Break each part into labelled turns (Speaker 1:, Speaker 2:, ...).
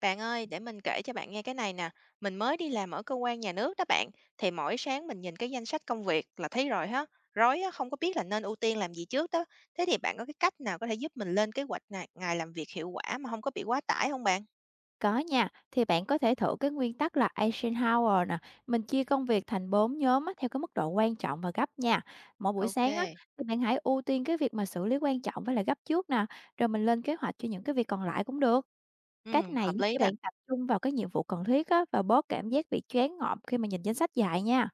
Speaker 1: Bạn ơi, để mình kể cho bạn nghe cái này nè. Mình mới đi làm ở cơ quan nhà nước đó bạn. Thì mỗi sáng mình nhìn cái danh sách công việc là thấy rồi ha. Rối á, không có biết là nên ưu tiên làm gì trước đó. Thế thì bạn có cái cách nào có thể giúp mình lên kế hoạch này, ngày làm việc hiệu quả mà không có bị quá tải không bạn?
Speaker 2: Có nha, thì bạn có thể thử cái nguyên tắc là Eisenhower nè, mình chia công việc thành 4 nhóm á, theo cái mức độ quan trọng và gấp nha. Mỗi buổi
Speaker 1: Ok.
Speaker 2: sáng á, thì bạn hãy ưu tiên cái việc mà xử lý quan trọng với lại gấp trước nè, rồi mình lên kế hoạch cho những cái việc còn lại cũng được.
Speaker 1: Ừ,
Speaker 2: Cách này
Speaker 1: hợp
Speaker 2: giúp
Speaker 1: lý
Speaker 2: cho
Speaker 1: đó.
Speaker 2: bạn tập trung vào cái nhiệm vụ cần thiết á, và bớt cảm giác bị choáng ngợp khi mà nhìn danh sách dài nha.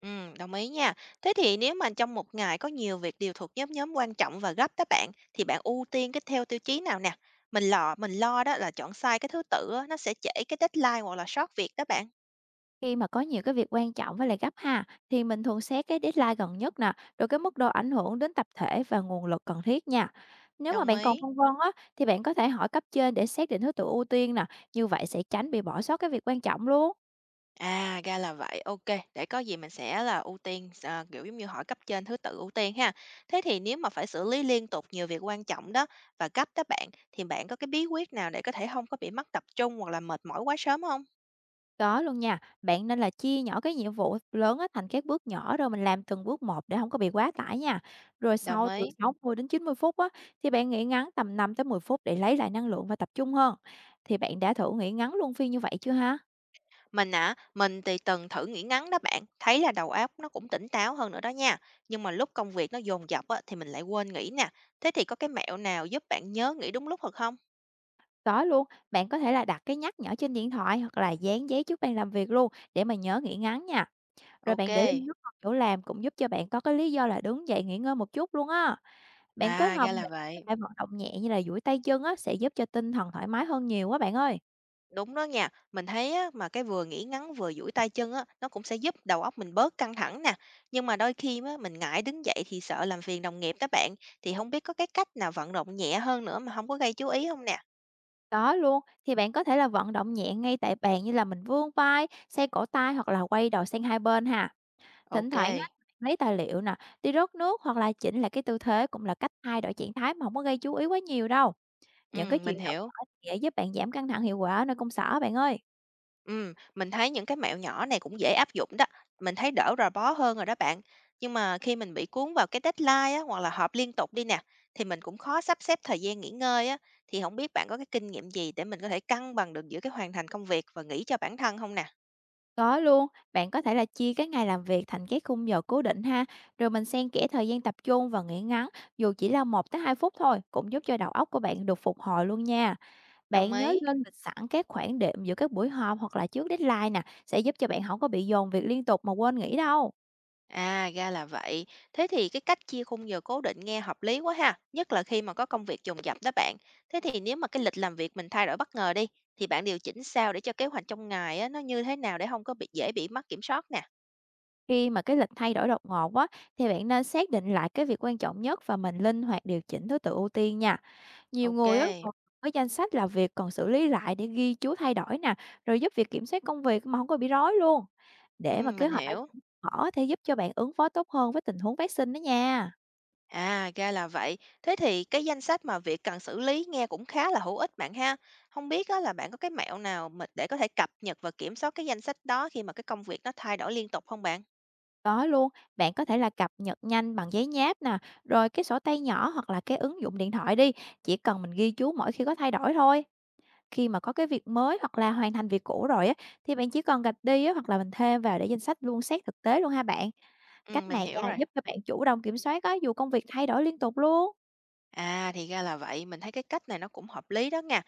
Speaker 1: Ừ, đồng ý nha. Thế thì nếu mà trong một ngày có nhiều việc đều thuộc nhóm nhóm quan trọng và gấp đó bạn, thì bạn ưu tiên cái theo tiêu chí nào nè? Mình lo đó là chọn sai cái thứ tự á, nó sẽ trễ cái deadline hoặc là sót việc đó bạn.
Speaker 2: Khi mà có nhiều cái việc quan trọng với lại gấp ha, thì mình thường xét cái deadline gần nhất nè, rồi cái mức độ ảnh hưởng đến tập thể và nguồn lực cần thiết nha. Nếu mà
Speaker 1: Đồng
Speaker 2: bạn còn
Speaker 1: ý.
Speaker 2: phân vân á, thì bạn có thể hỏi cấp trên để xác định thứ tự ưu tiên nè, như vậy sẽ tránh bị bỏ sót cái việc quan trọng luôn.
Speaker 1: À, ra là vậy. Ok, để có gì mình sẽ là ưu tiên kiểu, giống như, hỏi cấp trên thứ tự ưu tiên ha. Thế thì nếu mà phải xử lý liên tục nhiều việc quan trọng đó và gấp đó bạn, thì bạn có cái bí quyết nào để có thể không có bị mất tập trung hoặc là mệt mỏi quá sớm không?
Speaker 2: Có luôn nha, bạn nên là chia nhỏ cái nhiệm vụ lớn á, thành các bước nhỏ rồi mình làm từng bước một để không có bị quá tải nha. Rồi
Speaker 1: Đồng
Speaker 2: sau từ
Speaker 1: ý.
Speaker 2: 60 đến 90 phút á, thì bạn nghỉ ngắn tầm 5 tới 10 phút để lấy lại năng lượng và tập trung hơn. Thì bạn đã thử nghỉ ngắn luôn phiên như vậy chưa ha?
Speaker 1: Mình thì từng thử nghỉ ngắn đó bạn, thấy là đầu óc nó cũng tỉnh táo hơn nữa đó nha, nhưng mà lúc công việc nó dồn dập á, thì mình lại quên nghỉ nè. Thế thì có cái mẹo nào giúp bạn nhớ nghỉ đúng lúc thật không?
Speaker 2: Có luôn, bạn có thể là đặt cái nhắc nhở trên điện thoại hoặc là dán giấy trước bàn làm việc luôn để mà nhớ nghỉ ngắn nha. Rồi
Speaker 1: Ok.
Speaker 2: bạn để lên ly nước ngọt chỗ làm cũng giúp cho bạn có cái lý do là đứng dậy nghỉ ngơi một chút luôn á. Bạn kết
Speaker 1: À,
Speaker 2: hợp,
Speaker 1: ra
Speaker 2: ừ,
Speaker 1: là
Speaker 2: với các
Speaker 1: vậy.
Speaker 2: loại vận động nhẹ như là duỗi tay chân á sẽ giúp cho tinh thần thoải mái hơn nhiều quá bạn ơi.
Speaker 1: Đúng đó nha, mình thấy á, mà cái vừa nghĩ ngắn vừa duỗi tay chân á, nó cũng sẽ giúp đầu óc mình bớt căng thẳng nè. Nhưng mà đôi khi á, mình ngại đứng dậy thì sợ làm phiền đồng nghiệp đó bạn, thì không biết có cái cách nào vận động nhẹ hơn nữa mà không có gây chú ý không nè.
Speaker 2: Có luôn, thì bạn có thể là vận động nhẹ ngay tại bàn như là mình vươn vai, xoay cổ tay hoặc là quay đầu sang hai bên ha. Thỉnh
Speaker 1: Ok,
Speaker 2: thoảng á, lấy tài liệu nè, đi rót nước hoặc là chỉnh lại cái tư thế cũng là cách thay đổi trạng thái mà không có gây chú ý quá nhiều đâu. Những cái
Speaker 1: ừ, mình
Speaker 2: chuyển động
Speaker 1: hiểu.
Speaker 2: nhỏ sẽ giúp bạn giảm căng thẳng hiệu quả ở nơi công sở bạn ơi.
Speaker 1: Mình thấy những cái mẹo nhỏ này cũng dễ áp dụng đó, mình thấy đỡ rò bó hơn rồi đó bạn. Nhưng mà khi mình bị cuốn vào cái deadline á, hoặc là họp liên tục đi nè, thì mình cũng khó sắp xếp thời gian nghỉ ngơi á, thì không biết bạn có cái kinh nghiệm gì để mình có thể cân bằng được giữa cái hoàn thành công việc và nghỉ cho bản thân không nè?
Speaker 2: Có luôn, bạn có thể là chia cái ngày làm việc thành cái khung giờ cố định ha, rồi mình xen kẽ thời gian tập trung và nghỉ ngắn, dù chỉ là 1 tới 2 phút thôi, cũng giúp cho đầu óc của bạn được phục hồi luôn nha.
Speaker 1: Đồng
Speaker 2: Bạn nhớ
Speaker 1: ý.
Speaker 2: lên lịch sẵn các khoảng đệm giữa các buổi họp hoặc là trước deadline nè, sẽ giúp cho bạn không có bị dồn việc liên tục mà quên nghỉ đâu.
Speaker 1: À, ra là vậy. Thế thì cái cách chia khung giờ cố định nghe hợp lý quá ha, nhất là khi mà có công việc dồn dập đó bạn. Thế thì nếu mà cái lịch làm việc mình thay đổi bất ngờ đi, thì bạn điều chỉnh sao để cho kế hoạch trong ngày á, nó như thế nào để không có bị dễ bị mất kiểm soát nè.
Speaker 2: Khi mà cái lịch thay đổi đột ngột á, thì bạn nên xác định lại cái việc quan trọng nhất và mình linh hoạt điều chỉnh thứ tự ưu tiên nha. Nhiều
Speaker 1: Ok,
Speaker 2: người á, còn có danh sách là việc còn xử lý lại để ghi chú thay đổi nè, rồi giúp việc kiểm soát công việc mà không có bị rối luôn.
Speaker 1: ừ,
Speaker 2: Để mà kế
Speaker 1: mình
Speaker 2: hoạch đã
Speaker 1: hiểu.
Speaker 2: chỉnh mở thì giúp cho bạn ứng phó tốt hơn với tình huống phát sinh đó nha.
Speaker 1: À, ra là vậy. Thế thì cái danh sách mà việc cần xử lý nghe cũng khá là hữu ích bạn ha. Không biết á, là bạn có cái mẹo nào mà để có thể cập nhật và kiểm soát cái danh sách đó khi mà cái công việc nó thay đổi liên tục không bạn?
Speaker 2: Có luôn, bạn có thể là cập nhật nhanh bằng giấy nháp nè, rồi cái sổ tay nhỏ hoặc là cái ứng dụng điện thoại đi, chỉ cần mình ghi chú mỗi khi có thay đổi thôi. Khi mà có cái việc mới hoặc là hoàn thành việc cũ rồi á, thì bạn chỉ cần gạch đi á, hoặc là mình thêm vào để danh sách luôn xét thực tế luôn ha bạn.
Speaker 1: Ừ,
Speaker 2: Cách
Speaker 1: mình
Speaker 2: này nha,
Speaker 1: hiểu rồi.
Speaker 2: giúp cho bạn chủ động kiểm soát á, dù công việc thay đổi liên tục luôn.
Speaker 1: À, thì ra là vậy, mình thấy cái cách này nó cũng hợp lý đó nha,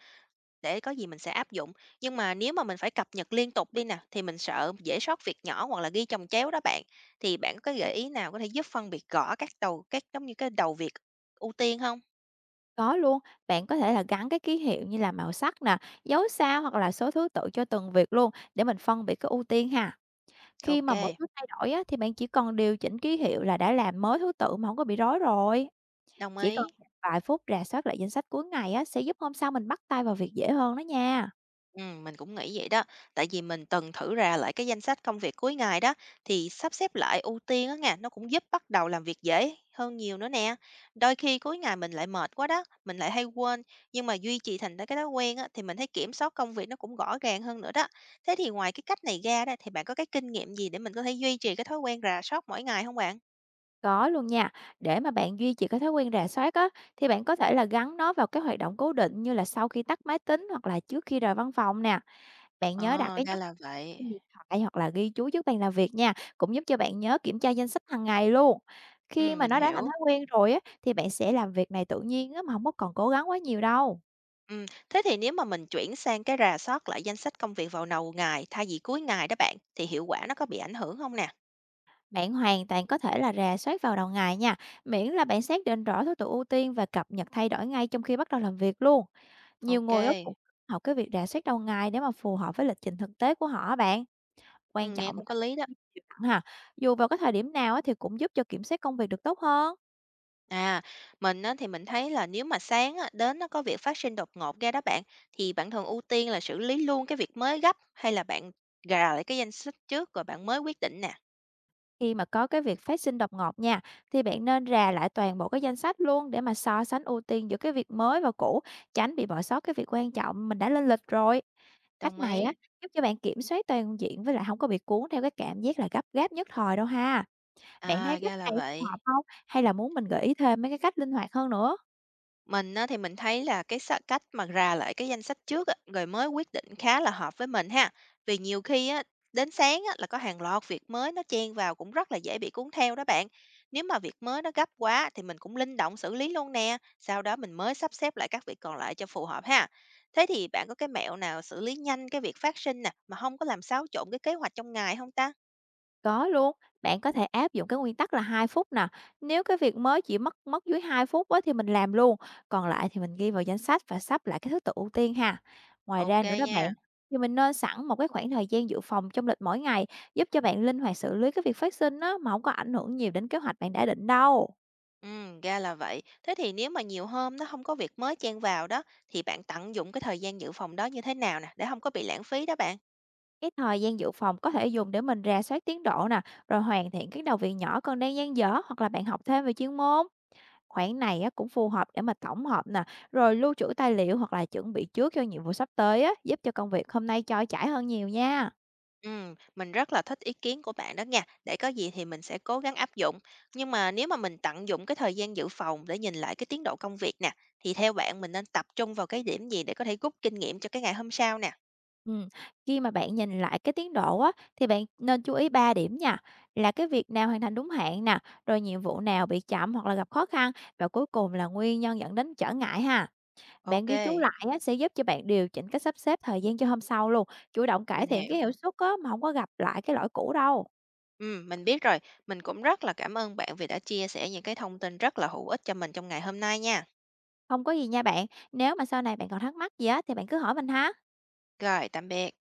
Speaker 1: để có gì mình sẽ áp dụng. Nhưng mà nếu mà mình phải cập nhật liên tục đi nè, thì mình sợ dễ sót việc nhỏ hoặc là ghi chồng chéo đó bạn. Thì bạn có cái gợi ý nào có thể giúp phân biệt rõ các đầu, các giống như cái đầu việc ưu tiên không?
Speaker 2: Có luôn, bạn có thể là gắn cái ký hiệu như là màu sắc nè, dấu sao hoặc là số thứ tự cho từng việc luôn để mình phân biệt cái ưu tiên ha. Khi
Speaker 1: Ok,
Speaker 2: mà mỗi thứ thay đổi á, thì bạn chỉ cần điều chỉnh ký hiệu là đã làm mới thứ tự mà không có bị rối rồi.
Speaker 1: đồng
Speaker 2: Chỉ cần
Speaker 1: ý.
Speaker 2: vài phút rà soát lại danh sách cuối ngày á, sẽ giúp hôm sau mình bắt tay vào việc dễ hơn đó nha.
Speaker 1: Mình cũng nghĩ vậy đó, tại vì mình từng thử ra lại cái danh sách công việc cuối ngày đó, thì sắp xếp lại ưu tiên á nha, nó cũng giúp bắt đầu làm việc dễ hơn nhiều nữa nè. Đôi khi cuối ngày mình lại mệt quá đó, mình lại hay quên, nhưng mà duy trì thành ra cái thói quen á, thì mình thấy kiểm soát công việc nó cũng rõ ràng hơn nữa đó. Thế thì ngoài cái cách này ra đó, thì bạn có cái kinh nghiệm gì để mình có thể duy trì cái thói quen rà soát mỗi ngày không bạn?
Speaker 2: Có luôn nha. Để mà bạn duy trì cái thói quen rà soát á, thì bạn có thể là gắn nó vào cái hoạt động cố định như là sau khi tắt máy tính hoặc là trước khi rời văn phòng nè. Bạn nhớ đặt
Speaker 1: Ờ,
Speaker 2: cái
Speaker 1: ra
Speaker 2: nhắc
Speaker 1: là vậy.
Speaker 2: trên điện thoại hoặc là ghi chú trước bàn làm việc nha. Cũng giúp cho bạn nhớ kiểm tra danh sách hàng ngày luôn. Khi
Speaker 1: Ừ,
Speaker 2: mà
Speaker 1: mình
Speaker 2: nó đã thành
Speaker 1: hiểu.
Speaker 2: thói quen rồi á, thì bạn sẽ làm việc này tự nhiên á, mà không có còn cố gắng quá nhiều đâu.
Speaker 1: Thế thì nếu mà mình chuyển sang cái rà soát lại danh sách công việc vào đầu ngày thay vì cuối ngày đó bạn, thì hiệu quả nó có bị ảnh hưởng không nè?
Speaker 2: Bạn hoàn toàn có thể là rà soát vào đầu ngày nha, miễn là bạn xác định rõ thứ tự ưu tiên và cập nhật thay đổi ngay trong khi bắt đầu làm việc luôn. Nhiều người á
Speaker 1: OK.
Speaker 2: cũng học cái việc rà soát đầu ngày để mà phù hợp với lịch trình thực tế của họ á bạn. Quan
Speaker 1: Ừm, nghe
Speaker 2: trọng
Speaker 1: cũng
Speaker 2: là
Speaker 1: có lý đó.
Speaker 2: chịu đựng ha. Dù vào cái thời điểm nào á thì cũng giúp cho kiểm soát công việc được tốt hơn.
Speaker 1: À, mình á thì mình thấy là nếu mà sáng á đến nó có việc phát sinh đột ngột ra đó bạn, thì bạn thường ưu tiên là xử lý luôn cái việc mới gấp hay là bạn gà lại cái danh sách trước rồi bạn mới quyết định nè?
Speaker 2: Khi mà có cái việc phát sinh đột ngột nha, thì bạn nên rà lại toàn bộ cái danh sách luôn để mà so sánh ưu tiên giữa cái việc mới và cũ, tránh bị bỏ sót cái việc quan trọng mình đã lên lịch rồi. Cách
Speaker 1: Đồng
Speaker 2: này á
Speaker 1: ý.
Speaker 2: giúp cho bạn kiểm soát toàn diện với lại không có bị cuốn theo cái cảm giác là gấp gáp nhất thời đâu ha. Bạn thấy
Speaker 1: À,
Speaker 2: cách
Speaker 1: ra là
Speaker 2: này phù
Speaker 1: vậy.
Speaker 2: hợp không? Hay là muốn mình gợi ý thêm mấy cái cách linh hoạt hơn nữa?
Speaker 1: Mình á, thì mình thấy là cái xạ cách mà rà lại cái danh sách trước á, rồi mới quyết định khá là hợp với mình ha. Vì nhiều khi á, đến sáng á, là có hàng loạt việc mới nó chen vào cũng rất là dễ bị cuốn theo đó bạn. Nếu mà việc mới nó gấp quá thì mình cũng linh động xử lý luôn nè. Sau đó mình mới sắp xếp lại các việc còn lại cho phù hợp ha. Thế thì bạn có cái mẹo nào xử lý nhanh cái việc phát sinh nè mà không có làm xáo trộn cái kế hoạch trong ngày không ta?
Speaker 2: Có luôn, bạn có thể áp dụng cái nguyên tắc là 2 phút nè. Nếu cái việc mới chỉ mất mất dưới 2 phút á, thì mình làm luôn, còn lại thì mình ghi vào danh sách và sắp lại cái thứ tự ưu tiên ha. Ngoài
Speaker 1: Ok
Speaker 2: ra nữa đó bạn,
Speaker 1: nha.
Speaker 2: thì mình nên sẵn một cái khoảng thời gian dự phòng trong lịch mỗi ngày, giúp cho bạn linh hoạt xử lý cái việc phát sinh á, mà không có ảnh hưởng nhiều đến kế hoạch bạn đã định đâu.
Speaker 1: Ra là vậy. Thế thì nếu mà nhiều hôm nó không có việc mới chen vào đó, thì bạn tận dụng cái thời gian dự phòng đó như thế nào nè, để không có bị lãng phí đó bạn?
Speaker 2: Cái thời gian dự phòng có thể dùng để mình rà soát tiến độ nè, rồi hoàn thiện các đầu việc nhỏ còn đang dang dở hoặc là bạn học thêm về chuyên môn. Khoản này á cũng phù hợp để mà tổng hợp nè, rồi lưu trữ tài liệu hoặc là chuẩn bị trước cho nhiệm vụ sắp tới á, giúp cho công việc hôm nay trôi chảy hơn nhiều nha.
Speaker 1: Mình rất là thích ý kiến của bạn đó nha, để có gì thì mình sẽ cố gắng áp dụng. Nhưng mà nếu mà mình tận dụng cái thời gian dự phòng để nhìn lại cái tiến độ công việc nè, thì theo bạn mình nên tập trung vào cái điểm gì để có thể rút kinh nghiệm cho cái ngày hôm sau nè?
Speaker 2: Ừm, khi mà bạn nhìn lại cái tiến độ á, thì bạn nên chú ý 3 điểm nha, là cái việc nào hoàn thành đúng hạn nè, rồi nhiệm vụ nào bị chậm hoặc là gặp khó khăn, và cuối cùng là nguyên nhân dẫn đến trở ngại ha. Bạn
Speaker 1: Ok,
Speaker 2: ghi chú lại á, sẽ giúp cho bạn điều chỉnh cách sắp xếp thời gian cho hôm sau luôn, chủ động
Speaker 1: mình
Speaker 2: cải thiện
Speaker 1: hiểu.
Speaker 2: cái hiệu suất á, mà không có gặp lại cái lỗi cũ đâu.
Speaker 1: Mình biết rồi. Mình cũng rất là cảm ơn bạn vì đã chia sẻ những cái thông tin rất là hữu ích cho mình trong ngày hôm nay nha.
Speaker 2: Không có gì nha bạn. Nếu mà sau này bạn còn thắc mắc gì á thì bạn cứ hỏi mình ha.
Speaker 1: Rồi, tạm biệt.